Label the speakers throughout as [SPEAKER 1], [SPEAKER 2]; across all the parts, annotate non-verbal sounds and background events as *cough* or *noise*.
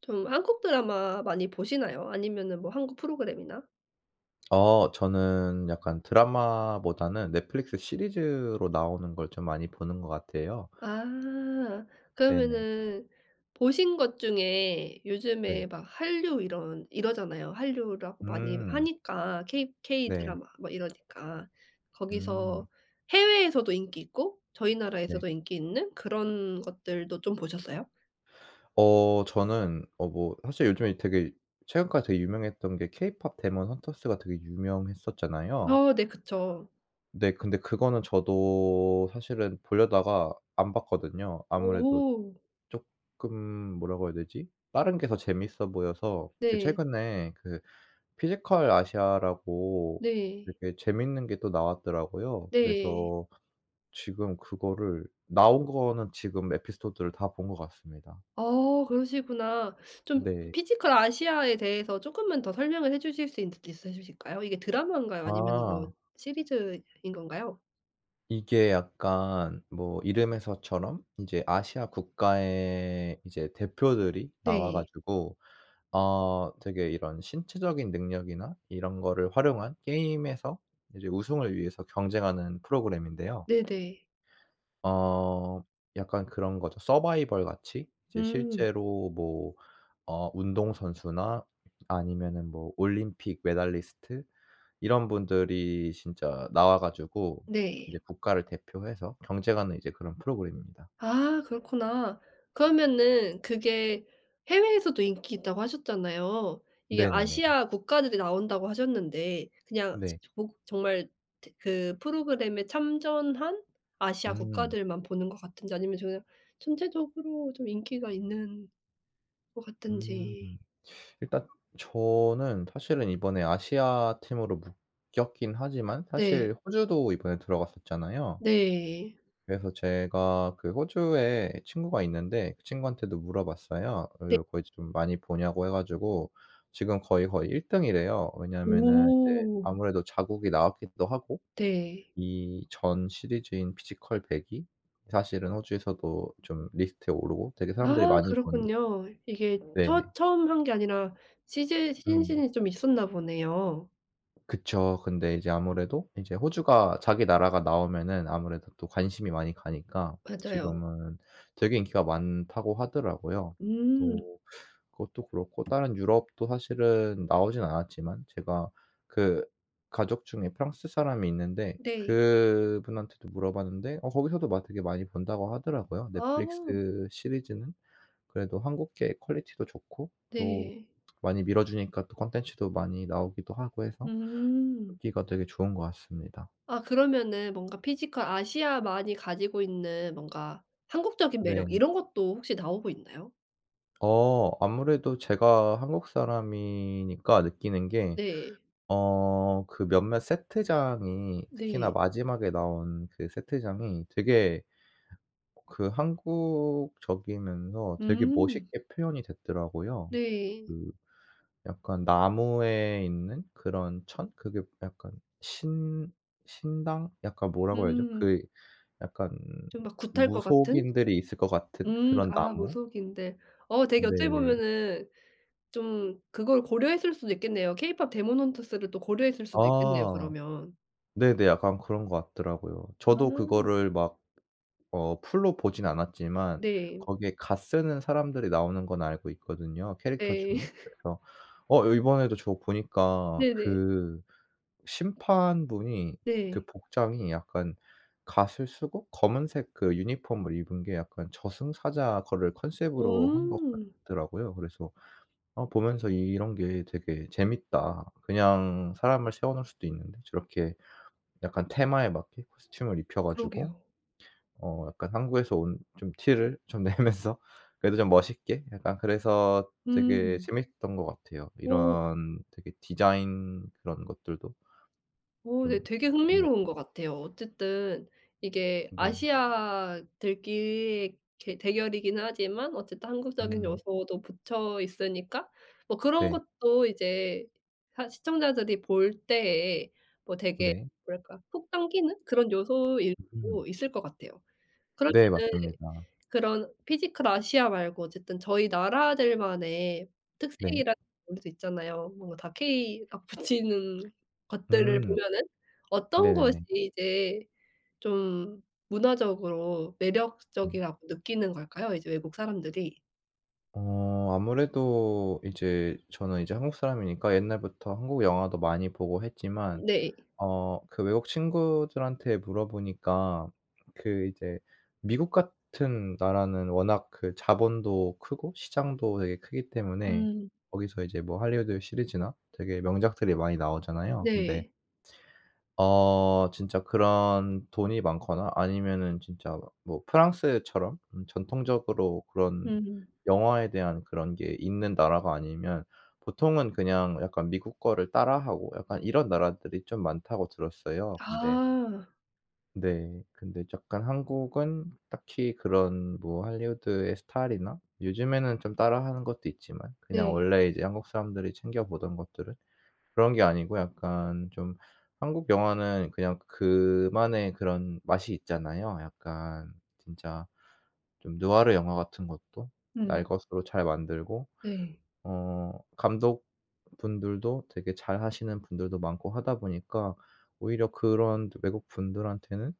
[SPEAKER 1] 좀 한국 드라마 많이 보시나요? 아니면은 뭐 한국 프로그램이나?
[SPEAKER 2] 저는 약간 드라마보다는 넷플릭스 시리즈로 나오는 걸 좀 많이 보는 것 같아요.
[SPEAKER 1] 아.
[SPEAKER 2] 네네.
[SPEAKER 1] 그러면은 보신 것 중에
[SPEAKER 2] 네.
[SPEAKER 1] 요즘에 막 한류 이런 이러잖아요. 한류라고 많이
[SPEAKER 2] 음.
[SPEAKER 1] 하니까 K 이
[SPEAKER 2] 네.
[SPEAKER 1] 드라마 막 이러니까.
[SPEAKER 2] 음.
[SPEAKER 1] 거기서 해외에서도 인기 있고 저희
[SPEAKER 2] 네.
[SPEAKER 1] 나라에서도 인기 있는 그런 것들도 좀 보셨어요?
[SPEAKER 2] 저는 뭐 사실 요즘에 되게 최근까지 되게 유명했던 게 케이팝 데몬 헌터스가 되게 유명했었잖아요.
[SPEAKER 1] 아, 네, 그쵸.
[SPEAKER 2] 네. 근데 그거는 저도 사실은 보려다가 안 봤거든요. 아무래도
[SPEAKER 1] 오.
[SPEAKER 2] 쪼끔, 뭐라고 해야 되지? 다른 게 더 재밌어 보여서 그
[SPEAKER 1] 네.
[SPEAKER 2] 최근에 그 피지컬 아시아라고
[SPEAKER 1] 네.
[SPEAKER 2] 되게 재밌는 게 또 나왔더라고요.
[SPEAKER 1] 네.
[SPEAKER 2] 그래서 지금 그거를 나온 거는 지금 에피소드를 다 본 것 같습니다.
[SPEAKER 1] 어, 그러시구나. 좀
[SPEAKER 2] 네.
[SPEAKER 1] 피지컬 아시아에 대해서 조금만 더 설명을 해 주실 수 있 있으실까요? 이게 드라마인가요? 아니면 뭐
[SPEAKER 2] 아
[SPEAKER 1] 시리즈인 건가요?
[SPEAKER 2] 이게 약간 뭐 이름에서처럼 이제 아시아 국가의 이제 대표들이 나와
[SPEAKER 1] 네.
[SPEAKER 2] 가지고 되게 이런 신체적인 능력이나 이런 거를 활용한 게임에서 이제 우승을 위해서 경쟁하는 프로그램인데요.
[SPEAKER 1] 네네.
[SPEAKER 2] 어 약간 그런 거죠. 서바이벌 같이 이제
[SPEAKER 1] 음.
[SPEAKER 2] 실제로 뭐 운동선수나 아니면은 뭐 올림픽 메달리스트 이런 분들이 진짜 나와 가지고 이제
[SPEAKER 1] 네.
[SPEAKER 2] 국가를 대표해서 경쟁하는 이제 그런 프로그램입니다.
[SPEAKER 1] 아, 그렇구나. 그러면은 그게 해외에서도 인기 있다고 하셨잖아요. 이게
[SPEAKER 2] 네네네.
[SPEAKER 1] 아시아 국가들이 나온다고 하셨는데 그냥 지
[SPEAKER 2] 네.
[SPEAKER 1] 뭐 정말 대 그 프로그램에 참전한 아시아
[SPEAKER 2] 음.
[SPEAKER 1] 국가들만 보는 것 같은지 아니면 그냥 전체적으로 좀 인기가 있는 것
[SPEAKER 2] 음.
[SPEAKER 1] 같은지.
[SPEAKER 2] 일단 저는 사실은 이번에 아시아 팀으로 묶였긴 하지만
[SPEAKER 1] 네.
[SPEAKER 2] 사실 호주도 이번에 들어갔었잖아요.
[SPEAKER 1] 네.
[SPEAKER 2] 그래서 제가 그 호주에 친구가 있는데 그 친구한테도 물어봤어요.
[SPEAKER 1] 네.
[SPEAKER 2] 이걸 거의 좀 많이 보냐고 해 가지고 지금 거의 1등이래요. 왜냐하면은 이제
[SPEAKER 1] 오.
[SPEAKER 2] 아무래도 자국이 나왔기도 하고
[SPEAKER 1] 네.
[SPEAKER 2] 이 전 시리즈인 피지컬 100이 사실은 호주에서도 좀 리스트에 오르고 되게 사람들이
[SPEAKER 1] 아,
[SPEAKER 2] 많이 본.
[SPEAKER 1] 그렇군요. 이게
[SPEAKER 2] 네.
[SPEAKER 1] 처 처음 한 게 아니라
[SPEAKER 2] 음.
[SPEAKER 1] 시즌이 좀 있었나 보네요.
[SPEAKER 2] 그쵸. 근데 이제 아무래도 이제 호주가 자기 나라가 나오면은 아무래도 또 관심이 많이 가니까
[SPEAKER 1] 맞아요.
[SPEAKER 2] 지금은 되게 인기가 많다고 하더라고요.
[SPEAKER 1] 음.
[SPEAKER 2] 또 그것도 그렇고 다른 유럽도 사실은 나오진 않았지만 제가 그 가족 중에 프랑스 사람이 있는데
[SPEAKER 1] 네.
[SPEAKER 2] 그분한테도 물어봤는데 거기서도 막 되게 많이 본다고 하더라고요.
[SPEAKER 1] 아
[SPEAKER 2] 넷플릭스 시리즈는 그래도 한국계 퀄리티도 좋고 또
[SPEAKER 1] 네.
[SPEAKER 2] 많이 밀어주니까 또 콘텐츠도 많이 나오기도 하고 해서
[SPEAKER 1] 음.
[SPEAKER 2] 듣기가 되게 좋은 것 같습니다.
[SPEAKER 1] 아, 그러면은 뭔가 피지컬 아시아만이 가지고 있는 뭔가 한국적인 매력
[SPEAKER 2] 네.
[SPEAKER 1] 이런 것도 혹시 나오고 있나요?
[SPEAKER 2] 아무래도 제가 한국 사람이니까 느끼는 게
[SPEAKER 1] 네.
[SPEAKER 2] 그 몇몇 세트장이 특히나
[SPEAKER 1] 네.
[SPEAKER 2] 마지막에 나온 그 세트장이 되게 그 한국적이면서 되게
[SPEAKER 1] 음.
[SPEAKER 2] 멋있게 표현이 됐더라고요.
[SPEAKER 1] 네.
[SPEAKER 2] 그 약간 나무에 있는 그런 천? 그게 약간 신 신당? 약간 뭐라고 해야죠?
[SPEAKER 1] 음.
[SPEAKER 2] 그 약간
[SPEAKER 1] 좀 막 굿할 것 같은?
[SPEAKER 2] 무속인들이 있을 것 같은
[SPEAKER 1] 음.
[SPEAKER 2] 그런
[SPEAKER 1] 아,
[SPEAKER 2] 나무?
[SPEAKER 1] 모속인데. 어, 되게 어찌
[SPEAKER 2] 네.
[SPEAKER 1] 보면은 좀 그걸 고려했을 수도 있겠네요. 케이팝 데몬 헌터스를 또 고려했을 수도 있겠네요
[SPEAKER 2] 아.
[SPEAKER 1] 그러면.
[SPEAKER 2] 네네. 약간 그런 것 같더라고요. 저도
[SPEAKER 1] 아.
[SPEAKER 2] 그거를 막 풀로 보진 않았지만
[SPEAKER 1] 네.
[SPEAKER 2] 거기에 갓쓰는 사람들이 나오는 건 알고 있거든요, 캐릭터
[SPEAKER 1] 네.
[SPEAKER 2] 중에.
[SPEAKER 1] *laughs*
[SPEAKER 2] 그래서 이번에도 저 보니까
[SPEAKER 1] 네네.
[SPEAKER 2] 그 심판분이 그
[SPEAKER 1] 네.
[SPEAKER 2] 복장이 약간 갓을 쓰고 검은색 그 유니폼을 입은 게 약간 저승사자 거를 컨셉으로 한 것
[SPEAKER 1] 음.
[SPEAKER 2] 같더라고요. 그래서 보면서 "이런 게 되게 재밌다." 그냥 사람을 세워 놓을 수도 있는데 저렇게 약간 테마에 맞게 코스튬을 입혀 가지고
[SPEAKER 1] 그러게요.
[SPEAKER 2] 약간 한국에서 온 좀 티를 좀 내면서 *laughs* 그래도 좀 멋있게 약간, 그래서 되게
[SPEAKER 1] 음.
[SPEAKER 2] 재밌었던 것 같아요.
[SPEAKER 1] 어
[SPEAKER 2] 이런 되게 디자인 그런 것들도
[SPEAKER 1] 어
[SPEAKER 2] 좀.
[SPEAKER 1] 네, 되게
[SPEAKER 2] 네.
[SPEAKER 1] 흥미로운 것 같아요. 어쨌든 이게
[SPEAKER 2] 네.
[SPEAKER 1] 아시아들끼리의 게 대결이긴 하지만 어쨌든 한국적인
[SPEAKER 2] 음.
[SPEAKER 1] 요소도 붙어 있으니까 뭐 그런
[SPEAKER 2] 네.
[SPEAKER 1] 것도 이제 하 시청자들이 볼 때에 뭐 되게
[SPEAKER 2] 네.
[SPEAKER 1] 뭐랄까 훅 당기는 그런 요소일
[SPEAKER 2] 음.
[SPEAKER 1] 수도 있을 것 같아요.
[SPEAKER 2] 네,
[SPEAKER 1] 그러면은
[SPEAKER 2] 맞습니다.
[SPEAKER 1] 그런 피지컬 아시아 말고 어쨌든 저희 나라들만의
[SPEAKER 2] 네.
[SPEAKER 1] 특색이라는 것도 있잖아요. 뭔가 다 K가 *laughs* 붙이는 것들을
[SPEAKER 2] 음.
[SPEAKER 1] 보면은 어떤 것이
[SPEAKER 2] 네네네.
[SPEAKER 1] 이제 좀 문화적으로
[SPEAKER 2] 네.
[SPEAKER 1] 매력적이라고 느끼는 걸까요? 이제 외국 사람들이?
[SPEAKER 2] 아무래도 이제 저는 이제 한국 사람이니까 옛날부터 한국 영화도 많이 보고 했지만
[SPEAKER 1] 네.
[SPEAKER 2] 그 외국 친구들한테 물어보니까 그 이제 미국 같은 나라는 워낙 그 자본도 크고 시장도 되게 크기 때문에
[SPEAKER 1] 음.
[SPEAKER 2] 거기서 이제 뭐 할리우드 시리즈나 되게 명작들이 많이 나오잖아요. 근데
[SPEAKER 1] 네.
[SPEAKER 2] 진짜 그런 돈이 많거나 아니면은 진짜 뭐 프랑스처럼 전통적으로 그런
[SPEAKER 1] 음.
[SPEAKER 2] 영화에 대한 그런 게 있는 나라가 아니면 보통은 그냥 약간 미국 거를 따라하고 약간 이런 나라들이 좀 많다고 들었어요. 근데.
[SPEAKER 1] 아.
[SPEAKER 2] 네. 근데 약간 한국은 딱히 그런 뭐 할리우드의 스타일이나 요즘에는 좀 따라하는 것도 있지만 그냥
[SPEAKER 1] 네.
[SPEAKER 2] 원래 이제 한국 사람들이 챙겨 보던 것들은 그런 게 아니고 약간 좀 한국 영화는 그냥 그만의 그런 맛이 있잖아요. 약간 진짜 좀 누아르 영화 같은 것도 날
[SPEAKER 1] 음.
[SPEAKER 2] 것으로 잘 만들고
[SPEAKER 1] 네.
[SPEAKER 2] 감독분들도 되게 잘하시는 분들도 많고 하다 보니까 오히려 그런 외국 분들한테는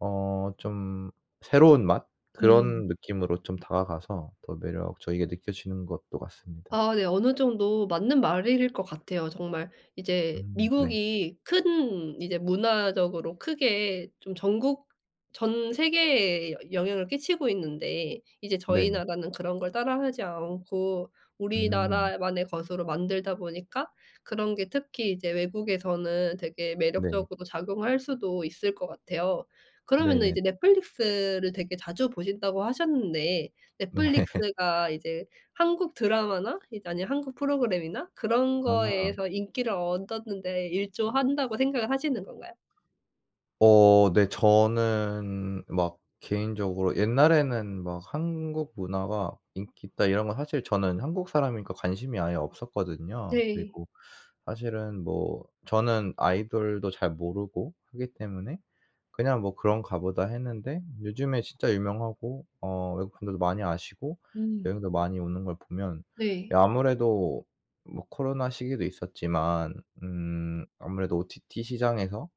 [SPEAKER 2] 좀 새로운 맛
[SPEAKER 1] 음.
[SPEAKER 2] 그런 느낌으로 좀 다가가서 더 매력적이게 느껴지는 것도 같습니다.
[SPEAKER 1] 아 네. 어느 정도 맞는 말일 것 같아요. 정말 이제
[SPEAKER 2] 음. 네.
[SPEAKER 1] 미국이 큰 이제 문화적으로 크게 좀 전국 전 세계에 여 영향을 끼치고 있는데 이제 저희
[SPEAKER 2] 네.
[SPEAKER 1] 나라는 그런 걸 따라하지 않고
[SPEAKER 2] 음.
[SPEAKER 1] 우리나라만의 것으로 만들다 보니까 그런 게 특히 이제 외국에서는 되게
[SPEAKER 2] 네.
[SPEAKER 1] 매력적으로 작용할 수도 있을 것 같아요. 그러면은
[SPEAKER 2] 네네.
[SPEAKER 1] 이제 넷플릭스를 되게 자주 보신다고 하셨는데
[SPEAKER 2] 네.
[SPEAKER 1] 넷플릭스가 이제 한국 드라마나 이제 아니면 한국 프로그램이나 그런
[SPEAKER 2] 아.
[SPEAKER 1] 거에서 인기를 얻었는데 일조한다고 생각을 하시는 건가요?
[SPEAKER 2] 네. 저는 막 개인적으로 옛날에는 막 "한국 문화가 인기 있다." 이런 건 사실 저는 한국 사람이니까 관심이 아예 없었거든요.
[SPEAKER 1] 네.
[SPEAKER 2] 그리고 사실은 뭐 저는 아이돌도 잘 모르고 하기 때문에 그냥 뭐 "그런가 보다." 했는데 요즘에 진짜 유명하고 외국 분들도 많이 아시고
[SPEAKER 1] 음.
[SPEAKER 2] 여행도 많이 오는 걸 보면 이
[SPEAKER 1] 네.
[SPEAKER 2] 아무래도 뭐 코로나 시기도 있었지만 아무래도 OTT 시장에서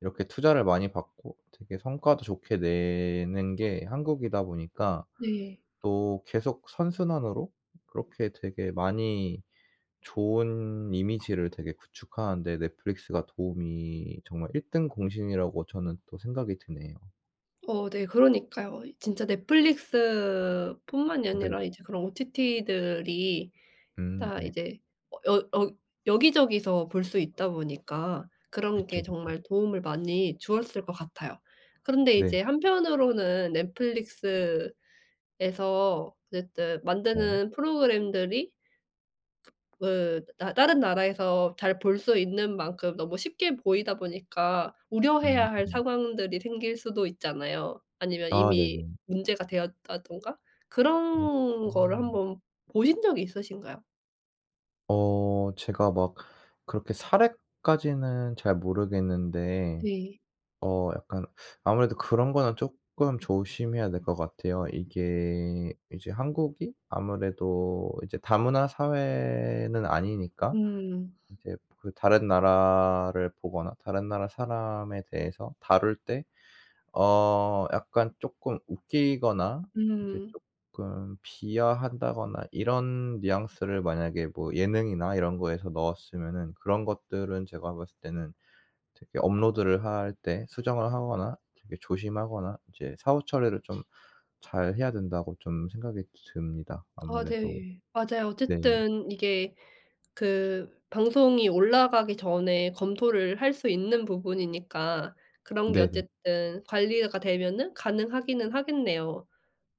[SPEAKER 2] 이렇게 투자를 많이 받고 되게 성과도 좋게 내는 게 한국이다 보니까
[SPEAKER 1] 네.
[SPEAKER 2] 또 계속 선순환으로 그렇게 되게 많이 좋은 이미지를 되게 구축하는 데 넷플릭스가 도움이 정말 1등 공신이라고 저는 또 생각이 드네요.
[SPEAKER 1] 어 네, 그러니까요. 진짜 넷플릭스뿐만이
[SPEAKER 2] 네.
[SPEAKER 1] 아니라 이제 그런 OTT들이
[SPEAKER 2] 음.
[SPEAKER 1] 다
[SPEAKER 2] 네.
[SPEAKER 1] 이제 어 여 어 여기저기서 볼 수 있다 보니까 그런
[SPEAKER 2] 그쵸,
[SPEAKER 1] 게
[SPEAKER 2] 그쵸.
[SPEAKER 1] 정말 도움을 많이 주었을 것 같아요. 그런데
[SPEAKER 2] 네.
[SPEAKER 1] 이제 한편으로는 넷플릭스 에서 어쨌든
[SPEAKER 2] 네.
[SPEAKER 1] 만드는 프로그램들이 그 나 다른 나라에서 잘 볼 수 있는 만큼 너무 쉽게 보이다 보니까
[SPEAKER 2] 음.
[SPEAKER 1] 우려해야 할 상황들이 생길 수도 있잖아요. 아니면
[SPEAKER 2] 아,
[SPEAKER 1] 이미
[SPEAKER 2] 네네.
[SPEAKER 1] 문제가 되었다든가
[SPEAKER 2] 음.
[SPEAKER 1] 그런 거를
[SPEAKER 2] 음.
[SPEAKER 1] 한번 보신 적이 있으신가요?
[SPEAKER 2] 제가 막 그렇게 사례까지는 잘 모르겠는데
[SPEAKER 1] 네.
[SPEAKER 2] 약간 아무래도 그런 거는 쪼끔 조심해야 될 것 같아요. 이게 이제 한국이 아무래도 이제 다문화 사회는 아니니까
[SPEAKER 1] 음.
[SPEAKER 2] 이제 그 다른 나라를 보거나 다른 나라 사람에 대해서 다룰 때 약간 쪼끔 웃기거나 이제
[SPEAKER 1] 음.
[SPEAKER 2] 쪼끔 비하한다거나 이런 뉘앙스를 만약에 뭐 예능이나 이런 거에서 넣었으면은 그런 것들은 제가 봤을 때는 되게 업로드를 할 때 수정을 하거나 되게 조심하거나 이제 사후 처리를 좀 잘해야 된다고 좀 생각이 듭니다
[SPEAKER 1] 아
[SPEAKER 2] 아무래도.
[SPEAKER 1] 네. 맞아요.
[SPEAKER 2] 네.
[SPEAKER 1] 어쨌든 이게 그 방송이 올라가기 전에 검토를 할 수 있는 부분이니까 그런 게
[SPEAKER 2] 네네.
[SPEAKER 1] 어쨌든 관리가 되면은 가능하기는 하겠네요.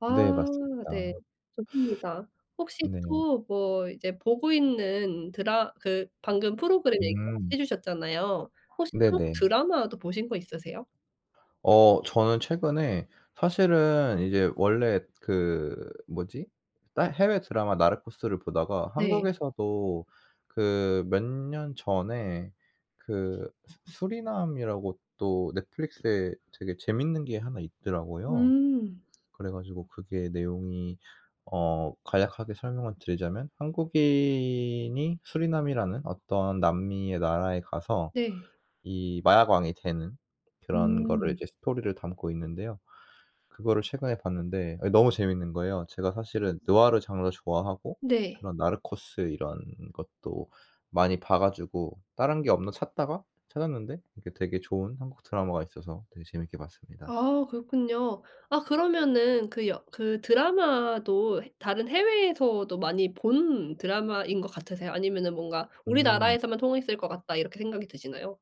[SPEAKER 1] 아
[SPEAKER 2] 네,
[SPEAKER 1] 네.
[SPEAKER 2] 맞습니다.
[SPEAKER 1] 좋습니다. 혹시
[SPEAKER 2] 네.
[SPEAKER 1] 또 뭐 이제 보고 있는 드라 그 방금 프로그램 얘기를
[SPEAKER 2] 음.
[SPEAKER 1] 해 주셨잖아요. 혹시 한국
[SPEAKER 2] 네네.
[SPEAKER 1] 드라마도 보신 거 있으세요?
[SPEAKER 2] 저는 최근에 사실은 이제 원래 그, 뭐지? 따 해외 드라마 나르코스를 보다가
[SPEAKER 1] 네.
[SPEAKER 2] 한국에서도 그 몇 년 전에 그 수 수리남이라고 또 넷플릭스에 되게 재밌는 게 하나 있더라고요.
[SPEAKER 1] 음.
[SPEAKER 2] 그래 가지고 그게 내용이 간략하게 설명을 드리자면 한국인이 수리남이라는 어떤 남미의 나라에 가서
[SPEAKER 1] 네.
[SPEAKER 2] 이 마약왕이 되는 그런, 거를
[SPEAKER 1] 음.
[SPEAKER 2] 이제 스토리를 담고 있는데요. 그거를 최근에 봤는데 아, 너무 재밌는 거예요. 제가 사실은 느와르 장르 좋아하고
[SPEAKER 1] 네.
[SPEAKER 2] 그런 나르코스 이런 것도 많이 봐 가지고 다른 게 없나 찾다가 찾았는데 이게 되게 좋은 한국 드라마가 있어서 되게 재밌게 봤습니다.
[SPEAKER 1] 아, 그렇군요. 아, 그러면은 그 여 그 드라마도 해 다른 해외에서도 많이 본 드라마인 것 같으세요? 아니면은 뭔가
[SPEAKER 2] 음.
[SPEAKER 1] '우리나라에서만 통했을 것 같다.' 이렇게 생각이 드시나요?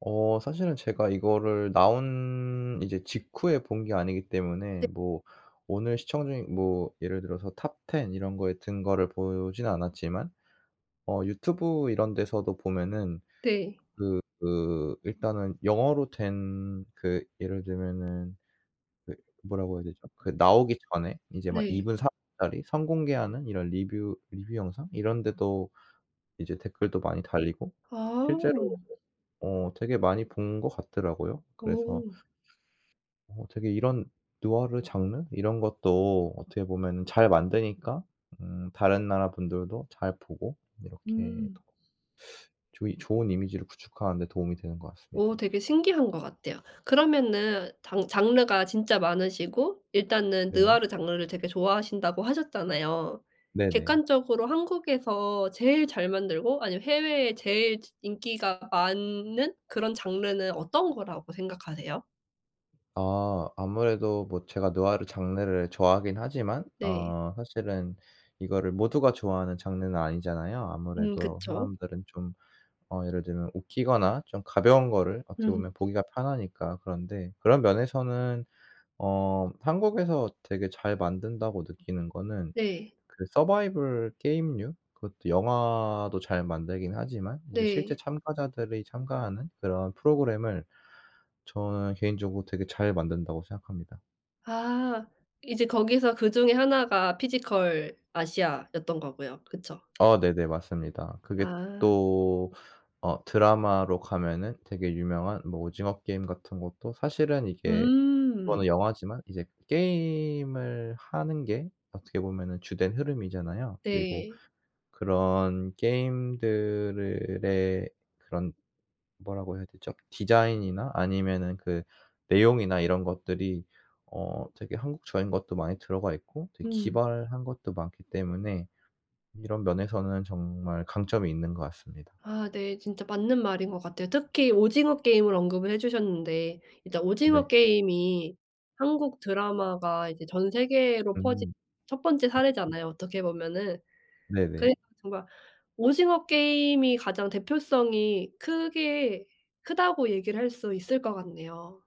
[SPEAKER 2] 사실은 제가 이거를 나온 이제 직후에 본 게 아니기 때문에
[SPEAKER 1] 네.
[SPEAKER 2] 뭐 오늘 시청 중인 뭐 예를 들어서 탑텐 이런 거에 든 거를 보진 않았지만 유튜브 이런 데서도 보면은
[SPEAKER 1] 네.
[SPEAKER 2] 그 일단은 영어로 된 그, 예를 들면은 그, 뭐라고 해야 되죠? 그 나오기 전에 이제 막 2
[SPEAKER 1] 네.
[SPEAKER 2] 분3분 짜리 선공개하는 이런 리뷰 영상 이런 데도 이제 댓글도 많이 달리고
[SPEAKER 1] 아.
[SPEAKER 2] 실제로 되게 많이 본 것 같더라고요. 그래서
[SPEAKER 1] 오.
[SPEAKER 2] 되게 이런 누아르 장르 이런 것도 어떻게 보면은 잘 만드니까 다른 나라 분들도 잘 보고 이렇게
[SPEAKER 1] 음.
[SPEAKER 2] 더 좋이 좋은 이미지를 구축하는 데 도움이 되는 것
[SPEAKER 1] 오,
[SPEAKER 2] 같습니다.
[SPEAKER 1] 되게 신기한 것 같아요. 그러면은 장 장르가 진짜 많으시고 일단은
[SPEAKER 2] 네.
[SPEAKER 1] 느와르 장르를 되게 좋아하신다고 하셨잖아요.
[SPEAKER 2] 네네.
[SPEAKER 1] 객관적으로 한국에서 제일 잘 만들고 아니면 해외에 제일 인기가 많은 그런 장르는 어떤 거라고 생각하세요?
[SPEAKER 2] 아, 아무래도 뭐 제가 누아르 장르를 좋아하긴 하지만
[SPEAKER 1] 네.
[SPEAKER 2] 사실은 이거를 모두가 좋아하는 장르는 아니잖아요.
[SPEAKER 1] 음,
[SPEAKER 2] 아무래도
[SPEAKER 1] 그쵸.
[SPEAKER 2] 사람들은 좀 예를 들면 웃기거나 좀 가벼운 거를 어떻게 보면
[SPEAKER 1] 음.
[SPEAKER 2] 보기가 편하니까. 그런데 그런 면에서는 한국에서 되게 잘 만든다고 느끼는 거는
[SPEAKER 1] 네.
[SPEAKER 2] 그 서바이벌 게임류, 그것도 영화도 잘 만들긴 하지만 이제 실제
[SPEAKER 1] 네.
[SPEAKER 2] 참가자들이 참가하는 그런 프로그램을 저는 개인적으로 되게 잘 만든다고 생각합니다.
[SPEAKER 1] 아, 이제 거기서 그중에 하나가 피지컬 아시아였던 거고요. 그쵸?
[SPEAKER 2] 아, 네네. 맞습니다. 그게
[SPEAKER 1] 아.
[SPEAKER 2] 또 드라마로 가면은 되게 유명한 뭐 오징어 게임 같은 것도 사실은 이게, 그거는
[SPEAKER 1] 음.
[SPEAKER 2] 영화지만 이제 게임을 하는 게 어떻게 보면은 주된 흐름이잖아요. 그리고
[SPEAKER 1] 네.
[SPEAKER 2] 그런 게임들의 그런, 뭐라고 해야 되죠? 디자인이나 아니면은 그 내용이나 이런 것들이 되게 한국적인 것도 많이 들어가 있고 되게
[SPEAKER 1] 음.
[SPEAKER 2] 기발한 것도 많기 때문에 이런 면에서는 정말 강점이 있는 것 같습니다.
[SPEAKER 1] 아 네. 진짜 맞는 말인 것 같아요. 특히 오징어 게임을 언급을 해 주셨는데 일단 오징어
[SPEAKER 2] 네.
[SPEAKER 1] 게임이 한국 드라마가 이제 전 세계로 퍼진
[SPEAKER 2] 음.
[SPEAKER 1] 첫 번째
[SPEAKER 2] 네.
[SPEAKER 1] 사례잖아요, 어떻게 보면은.
[SPEAKER 2] 네네.
[SPEAKER 1] 그래서 정말 오징어 게임이 가장 대표성이 크게 크다고 얘기를 할 수 있을 것 같네요.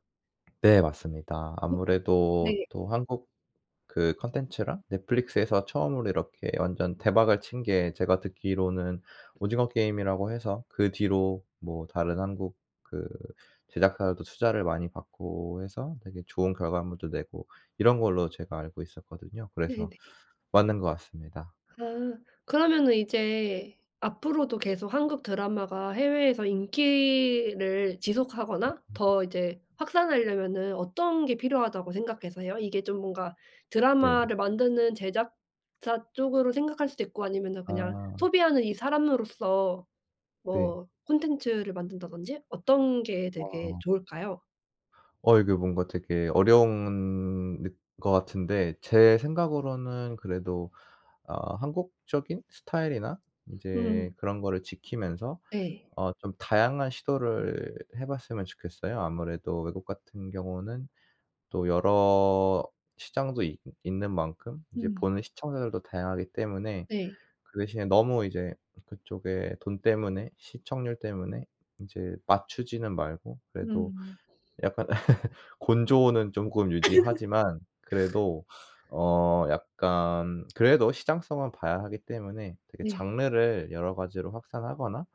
[SPEAKER 2] 네, 맞습니다. 아무래도
[SPEAKER 1] 네.
[SPEAKER 2] 또 한국 그 콘텐츠랑 넷플릭스에서 처음으로 이렇게 완전 대박을 친게 제가 듣기로는 오징어 게임이라고 해서, 그 뒤로 뭐 다른 한국 그 제작사들도 투자를 많이 받고 해서 되게 좋은 결과물도 내고 이런 걸로 제가 알고 있었거든요. 그래서
[SPEAKER 1] 네네.
[SPEAKER 2] 맞는 것 같습니다.
[SPEAKER 1] 아. 그러면은 이제 앞으로도 계속 한국 드라마가 해외에서 인기를 지속하거나 더 이제 확산하려면은 어떤 게 필요하다고 생각하세요? 이게 좀 뭔가
[SPEAKER 2] 네.
[SPEAKER 1] 드라마를 만드는 제작사 쪽으로 생각할 수도 있고 아니면은 그냥
[SPEAKER 2] 아,
[SPEAKER 1] 소비하는 이 사람으로서
[SPEAKER 2] 네.
[SPEAKER 1] 뭐 콘텐츠를 만든다든지 어떤 게 되게
[SPEAKER 2] 와.
[SPEAKER 1] 좋을까요?
[SPEAKER 2] 이게 뭔가 되게 어려운 느 것 같은데 제 생각으로는 그래도 한국적인 스타일이나 이제
[SPEAKER 1] 음.
[SPEAKER 2] 그런 거를 지키면서
[SPEAKER 1] 네.
[SPEAKER 2] 좀 다양한 시도를 해 봤으면 좋겠어요. 아무래도 외국 같은 경우는 또 여러 시장도 있 있는 만큼 이제
[SPEAKER 1] 음.
[SPEAKER 2] 보는 시청자들도 다양하기 때문에
[SPEAKER 1] 네.
[SPEAKER 2] 그 대신에 너무 이제 그쪽에 돈 때문에 시청률 때문에 이제 맞추지는 말고 그래도
[SPEAKER 1] 음.
[SPEAKER 2] 약간 *laughs* 곤조는 조금 유지하지만 그래도 약간 그래도 시장성은 봐야 하기 때문에 되게
[SPEAKER 1] 네.
[SPEAKER 2] 장르를 여러 가지로 확산하거나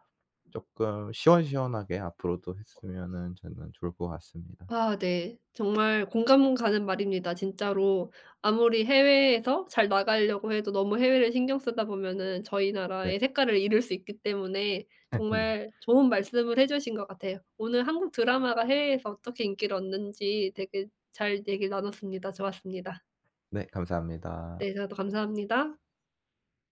[SPEAKER 2] 조금 시원시원하게 앞으로도 했으면은 저는 좋을 것 같습니다.
[SPEAKER 1] 아 네. 정말 공감 가는 말입니다 진짜로. 아무리 해외에서 잘 나가려고 해도 너무 해외를 신경 쓰다 보면은 저희
[SPEAKER 2] 네.
[SPEAKER 1] 나라의 색깔을 잃을 수 있기 때문에
[SPEAKER 2] *laughs* 네.
[SPEAKER 1] 정말 좋은 말씀을 해 주신 것 같아요. 오늘 한국 드라마가 해외에서 어떻게 인기를 얻는지 되게 잘 얘기를 나눴습니다. 좋았습니다.
[SPEAKER 2] 네, 감사합니다.
[SPEAKER 1] 네, 저도 감사합니다.